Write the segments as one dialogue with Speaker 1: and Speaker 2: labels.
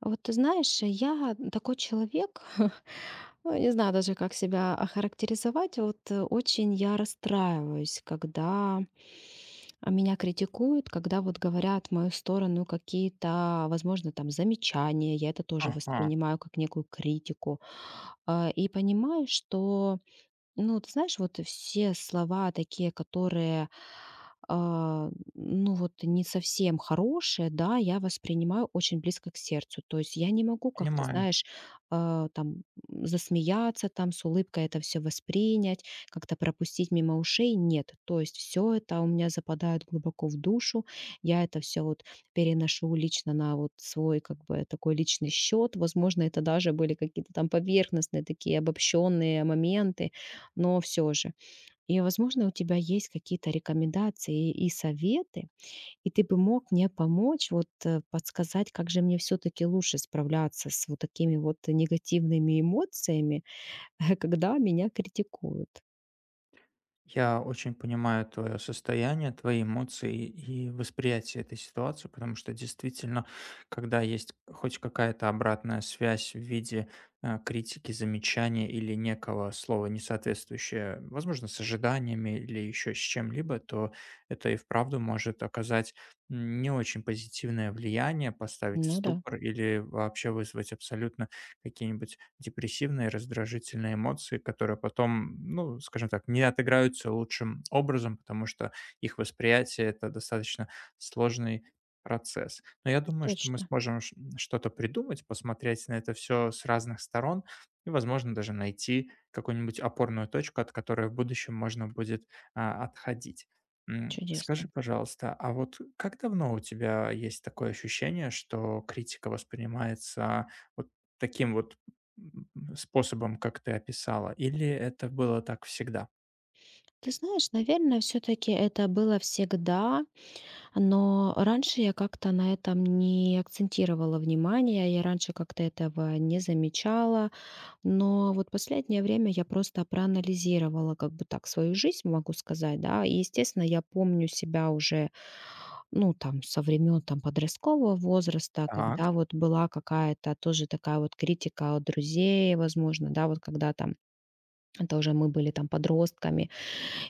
Speaker 1: Вот ты знаешь, я такой человек, ну, не знаю даже, как себя охарактеризовать. Очень я расстраиваюсь, когда меня критикуют, когда вот говорят в мою сторону какие-то, возможно, там замечания. Я это тоже
Speaker 2: Ага,
Speaker 1: воспринимаю как некую критику. И понимаю, что, ну, ты знаешь, вот все слова такие, а, ну, вот не совсем хорошие, да, я воспринимаю очень близко к сердцу. То есть я не могу, как ты
Speaker 2: понимаю.
Speaker 1: знаешь, а, там засмеяться, там с улыбкой это все воспринять, как-то пропустить мимо ушей. Нет, то есть все это у меня западает глубоко в душу. Я это все вот переношу лично на вот свой как бы такой личный счет. Возможно, это даже были какие-то там поверхностные такие обобщенные моменты, но все же. И, возможно, у тебя есть какие-то рекомендации и советы, и ты бы мог мне помочь, вот, подсказать, как же мне все таки лучше справляться с вот такими вот негативными эмоциями, когда меня критикуют.
Speaker 2: Я очень понимаю твое состояние, твои эмоции и восприятие этой ситуации, потому что действительно, когда есть хоть какая-то обратная связь в виде критики, замечания или некого слова, не соответствующее, возможно, с ожиданиями или еще с чем-либо, то это и вправду может оказать не очень позитивное влияние, поставить в
Speaker 1: Ну да,
Speaker 2: ступор или вообще вызвать абсолютно какие-нибудь депрессивные, раздражительные эмоции, которые потом, ну, скажем так, не отыграются лучшим образом, потому что их восприятие — это достаточно сложный процесс. Но я думаю, что мы
Speaker 1: точно.
Speaker 2: сможем что-то придумать, посмотреть на это все с разных сторон и, возможно, даже найти какую-нибудь опорную точку, от которой в будущем можно будет отходить.
Speaker 1: Чудесно.
Speaker 2: Скажи, пожалуйста, а вот как давно у тебя есть такое ощущение, что критика воспринимается вот Таким вот способом, как ты описала, или это было так всегда?
Speaker 1: Ты знаешь, наверное, все таки это было всегда, но раньше я как-то на этом не акцентировала внимание, я раньше как-то этого не замечала. Но вот последнее время я просто проанализировала как бы так свою жизнь, могу сказать, да. И, естественно, я помню себя уже, ну, там, со времен там подросткового возраста,
Speaker 2: Так,
Speaker 1: когда вот была какая-то тоже такая вот критика от друзей, возможно, да, вот когда там, это уже мы были там подростками,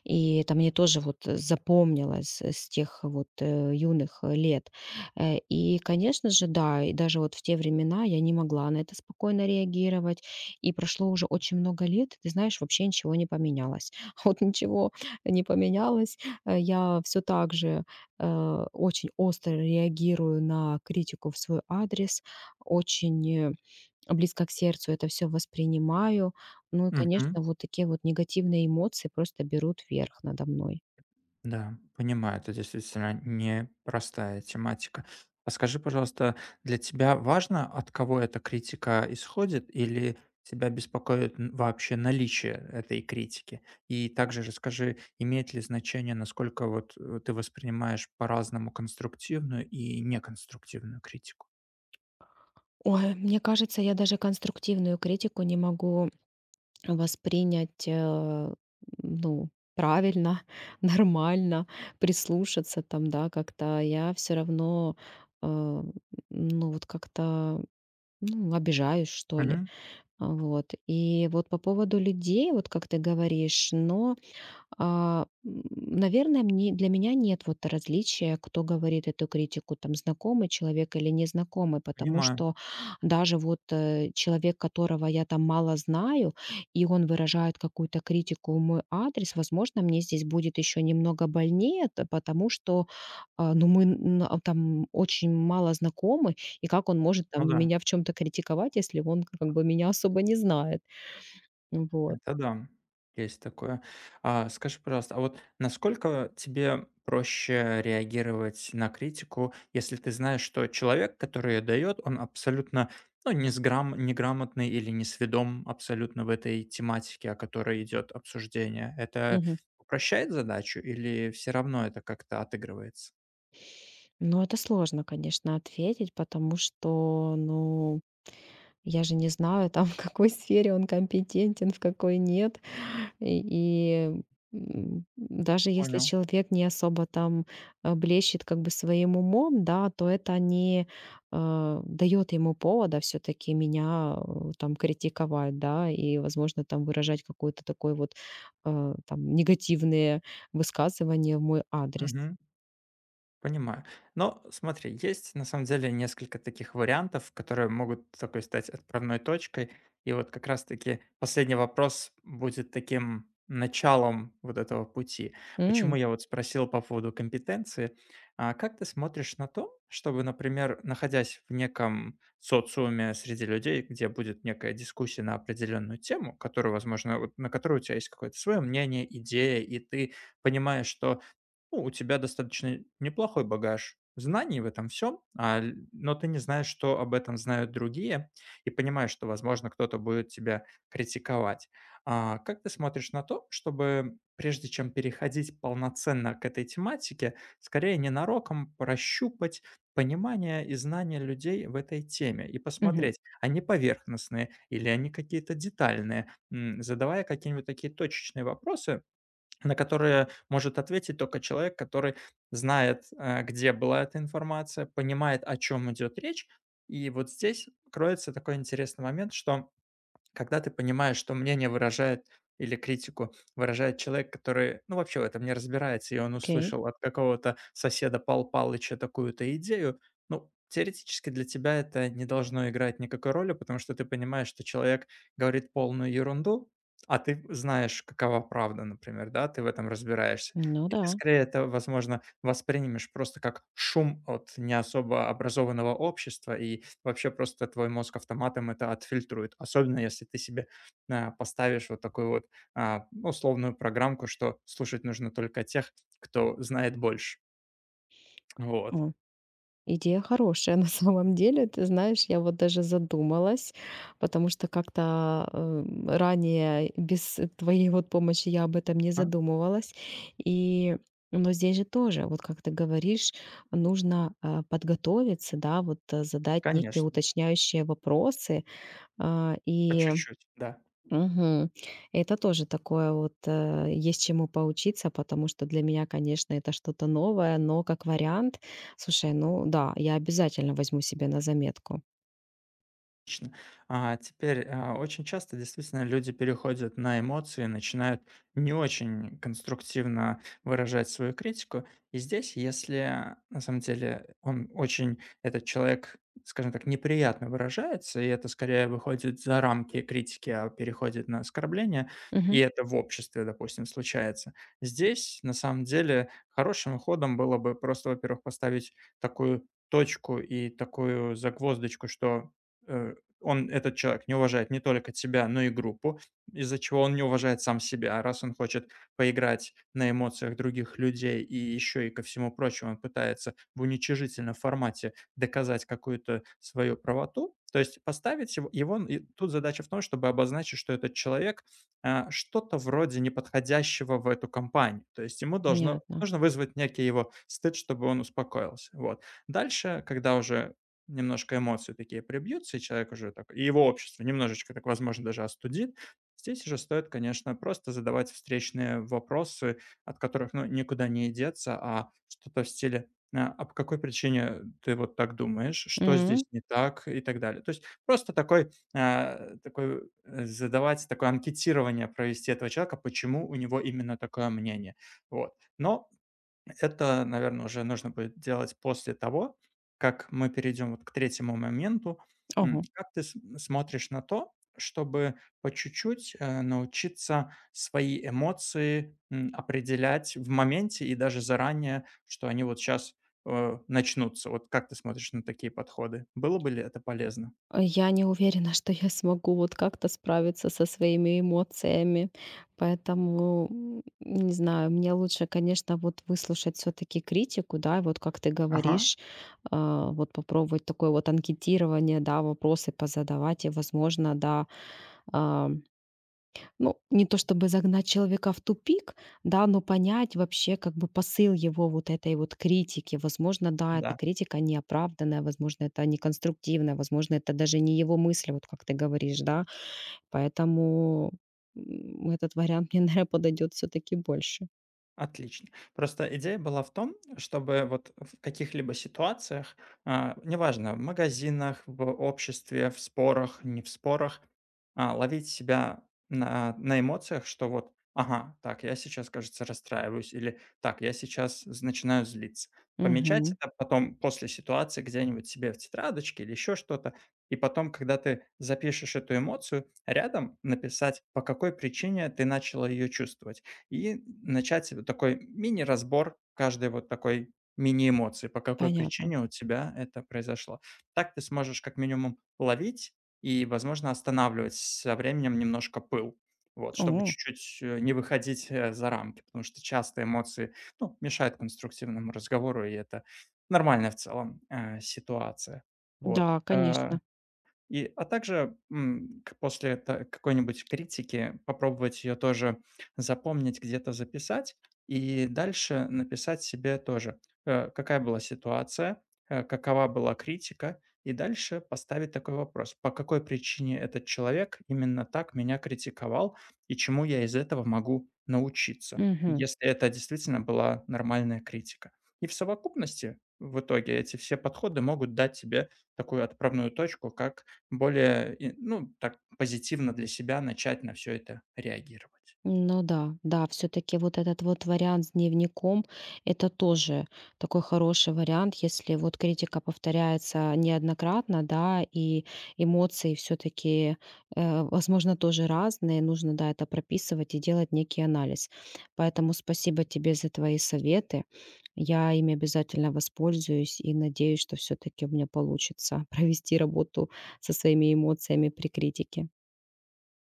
Speaker 1: и это мне тоже вот запомнилось с тех вот лет. И, конечно же, да, и даже вот в те времена я не могла на это спокойно реагировать. И прошло уже очень много лет, и ты знаешь, вообще ничего не поменялось. Вот ничего не поменялось. Я все так же, очень остро реагирую на критику в свой адрес, очень близко к сердцу это все воспринимаю. Ну и,
Speaker 2: мгм,
Speaker 1: конечно, вот такие вот негативные эмоции просто берут верх надо мной.
Speaker 2: да, понимаю, это действительно непростая тематика. А скажи, пожалуйста, для тебя важно, от кого эта критика исходит, или тебя беспокоит н вообще наличие этой критики? И также расскажи, имеет ли значение, насколько вот, ты воспринимаешь по-разному конструктивную и неконструктивную критику?
Speaker 1: Ой, мне кажется, я даже конструктивную критику не могу воспринять, ну, правильно, нормально, прислушаться там, да, как-то. Я все равно, э, ну, вот как-то, ну, обижаюсь, что ли.
Speaker 2: Мгм,
Speaker 1: Вот. И вот по поводу людей, вот как ты говоришь, но, наверное, мне для меня нет вот различия, кто говорит эту критику, там, знакомый человек или незнакомый, потому
Speaker 2: понимаю,
Speaker 1: что даже вот человек, которого я там мало знаю, и он выражает какую-то критику в мой адрес, возможно, мне здесь будет еще немного больнее, потому что, а, ну, мы там очень мало знакомы, и как он может
Speaker 2: ну
Speaker 1: там
Speaker 2: да.
Speaker 1: меня в чем-то критиковать, если он как бы меня особо не знает, вот.
Speaker 2: Это да, есть такое. А скажи, пожалуйста, а вот насколько тебе проще реагировать на критику, если ты знаешь, что человек, который ее дает, он абсолютно, ну, не неграмотный или не сведом абсолютно в этой тематике, о которой идет обсуждение? Это упрощает задачу или все равно это как-то отыгрывается?
Speaker 1: Ну, это сложно, конечно, ответить, потому что, ну, я же не знаю, там, в какой сфере он компетентен, в какой нет. И, и, даже если
Speaker 2: Понял.
Speaker 1: человек не особо там блещет как бы своим умом, да, то это не дает ему повода все-таки меня там критиковать, да, и, возможно, там выражать какой-то такой вот там негативные высказывания в мой адрес.
Speaker 2: Понимаю. Но смотри, есть на самом деле несколько таких вариантов, которые могут такой стать отправной точкой. И вот как раз-таки последний вопрос будет таким началом вот этого пути. Почему
Speaker 1: М,
Speaker 2: я вот спросил по поводу компетенции. А как ты смотришь на то, чтобы, например, находясь в неком социуме среди людей, где будет некая дискуссия на определенную тему, которую, возможно, вот на которую у тебя есть какое-то свое мнение, идея, и ты понимаешь, что, ну, у тебя достаточно неплохой багаж знаний в этом всем, но ты не знаешь, что об этом знают другие, и понимаешь, что, возможно, кто-то будет тебя критиковать. Как ты смотришь на то, чтобы, прежде чем переходить полноценно к этой тематике, скорее ненароком прощупать понимание и знания людей в этой теме и
Speaker 1: мгм,
Speaker 2: посмотреть, они поверхностные или они какие-то детальные? Задавая какие-нибудь такие точечные вопросы, на которые может ответить только человек, который знает, где была эта информация, понимает, о чем идет речь. И вот здесь кроется такой интересный момент, что когда ты понимаешь, что мнение выражает или критику выражает человек, который, ну, вообще в этом не разбирается, и он
Speaker 1: окей,
Speaker 2: услышал от какого-то соседа Пал Палыча такую-то идею, ну, теоретически для тебя это не должно играть никакой роли, потому что ты понимаешь, что человек говорит полную ерунду, а ты знаешь, какова правда, например, да, ты в этом разбираешься.
Speaker 1: ну
Speaker 2: И
Speaker 1: да.
Speaker 2: ты скорее это, возможно, воспримешь просто как шум от не особо образованного общества и вообще просто твой мозг автоматом это отфильтрует. Особенно если ты себе поставишь вот такую вот, ну, условную программку, что слушать нужно только тех, кто знает больше. Вот.
Speaker 1: О, идея хорошая на самом деле. Ты знаешь, я вот даже задумалась, потому что как-то ранее без твоей вот помощи я об этом не
Speaker 2: А,
Speaker 1: задумывалась. И но здесь же тоже, вот как ты говоришь, нужно, подготовиться, да, вот, задать некие
Speaker 2: Конечно,
Speaker 1: уточняющие вопросы, а,
Speaker 2: по
Speaker 1: и
Speaker 2: чуть-чуть, да.
Speaker 1: Мгм. Это тоже такое вот, есть чему поучиться, потому что для меня, конечно, это что-то новое, но как вариант, слушай, ну да, я обязательно возьму себе на заметку.
Speaker 2: Отлично. А теперь, очень часто действительно люди переходят на эмоции, начинают не очень конструктивно выражать свою критику. И здесь, если на самом деле он очень, этот человек, скажем так, неприятно выражается, и это скорее выходит за рамки критики, а переходит на оскорбление, и
Speaker 1: Мгм.
Speaker 2: это в обществе, допустим, случается. Здесь, на самом деле, хорошим ходом было бы просто, во-первых, поставить такую точку и такую загвоздочку, что э, он, этот человек, не уважает не только тебя, но и группу, из-за чего он не уважает сам себя. А раз он хочет поиграть на эмоциях других людей и еще и ко всему прочему он пытается в уничижительном формате доказать какую-то свою правоту, то есть поставить его, и тут задача в том, чтобы обозначить, что этот человек что-то вроде неподходящего в эту компанию. То есть ему должно,
Speaker 1: Понятно.
Speaker 2: нужно вызвать некий его стыд, чтобы он успокоился. Вот. Дальше, когда уже немножко эмоции такие прибьются, и человек уже так, и его общество немножечко так, возможно, даже остудит. Здесь уже стоит, конечно, просто задавать встречные вопросы, от которых, ну, никуда не деться, а что-то в стиле: "А, а по какой причине ты вот так думаешь? Что здесь
Speaker 1: М.
Speaker 2: не так?" И так далее. То есть просто такой, задавать такое анкетирование, провести этого человека, почему у него именно такое мнение. Вот. Но это, наверное, уже нужно будет делать после того, как мы перейдем вот к третьему моменту.
Speaker 1: Ого.
Speaker 2: Как ты смотришь на то, чтобы по чуть-чуть научиться свои эмоции определять в моменте и даже заранее, что они вот сейчас начнутся? Вот как ты смотришь на такие подходы? Было бы ли это полезно?
Speaker 1: Я не уверена, что я смогу вот как-то справиться со своими эмоциями, поэтому, м, не знаю, мне лучше, конечно, вот выслушать все таки критику, да, и вот как ты
Speaker 2: Ага,
Speaker 1: говоришь, а, вот попробовать такое вот анкетирование, да, вопросы позадавать и, возможно, да, а, ну, не то чтобы загнать человека в тупик, да, но понять вообще как бы посыл его вот этой вот критики. Возможно, да, эта
Speaker 2: да.
Speaker 1: критика неоправданная, возможно, это неконструктивная, возможно, это даже не его мысли, вот как ты говоришь, да. Поэтому, м, этот вариант мне, наверное, подойдет все-таки больше.
Speaker 2: Отлично. Просто идея была в том, чтобы вот в каких-либо ситуациях, неважно, в магазинах, в обществе, в спорах, не в спорах, ловить себя на эмоциях, что вот, ага, так, я сейчас, кажется, расстраиваюсь, или так, я сейчас начинаю злиться. Помечать
Speaker 1: Мгм.
Speaker 2: это потом после ситуации где-нибудь себе в тетрадочке или еще что-то. И потом, когда ты запишешь эту эмоцию, рядом написать, по какой причине ты начала ее чувствовать, и начать вот такой мини-разбор каждой вот такой мини-эмоции, по какой
Speaker 1: Понятно.
Speaker 2: причине у тебя это произошло. Так ты сможешь как минимум ловить и, возможно, останавливать со временем немножко пыл, вот, чтобы
Speaker 1: О,
Speaker 2: чуть-чуть не выходить за рамки, потому что часто эмоции, ну, мешают конструктивному разговору, и это нормальная в целом ситуация. Вот.
Speaker 1: да, конечно.
Speaker 2: А также, м, к после та какой-нибудь критики попробовать ее тоже запомнить, где-то записать и дальше написать себе тоже, какая была ситуация, какова была критика, и дальше поставить такой вопрос: по какой причине этот человек именно так меня критиковал и чему я из этого могу научиться,
Speaker 1: Мгм.
Speaker 2: если это действительно была нормальная критика? И в совокупности в итоге эти все подходы могут дать тебе такую отправную точку, как более, и, ну, так позитивно для себя начать на все это реагировать.
Speaker 1: Ну да, да, все-таки вот этот вот вариант с дневником, это тоже такой хороший вариант, если вот критика повторяется неоднократно, да, и эмоции все-таки, возможно, тоже разные, нужно, да, это прописывать и делать некий анализ. Поэтому спасибо тебе за твои советы, я ими обязательно воспользуюсь и надеюсь, что все-таки у меня получится провести работу со своими эмоциями при критике.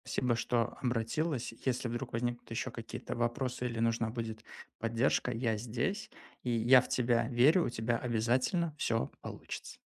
Speaker 2: Спасибо, что обратилась. Если вдруг возникнут еще какие-то вопросы или нужна будет поддержка, я здесь, и я в тебя верю, у тебя обязательно все получится.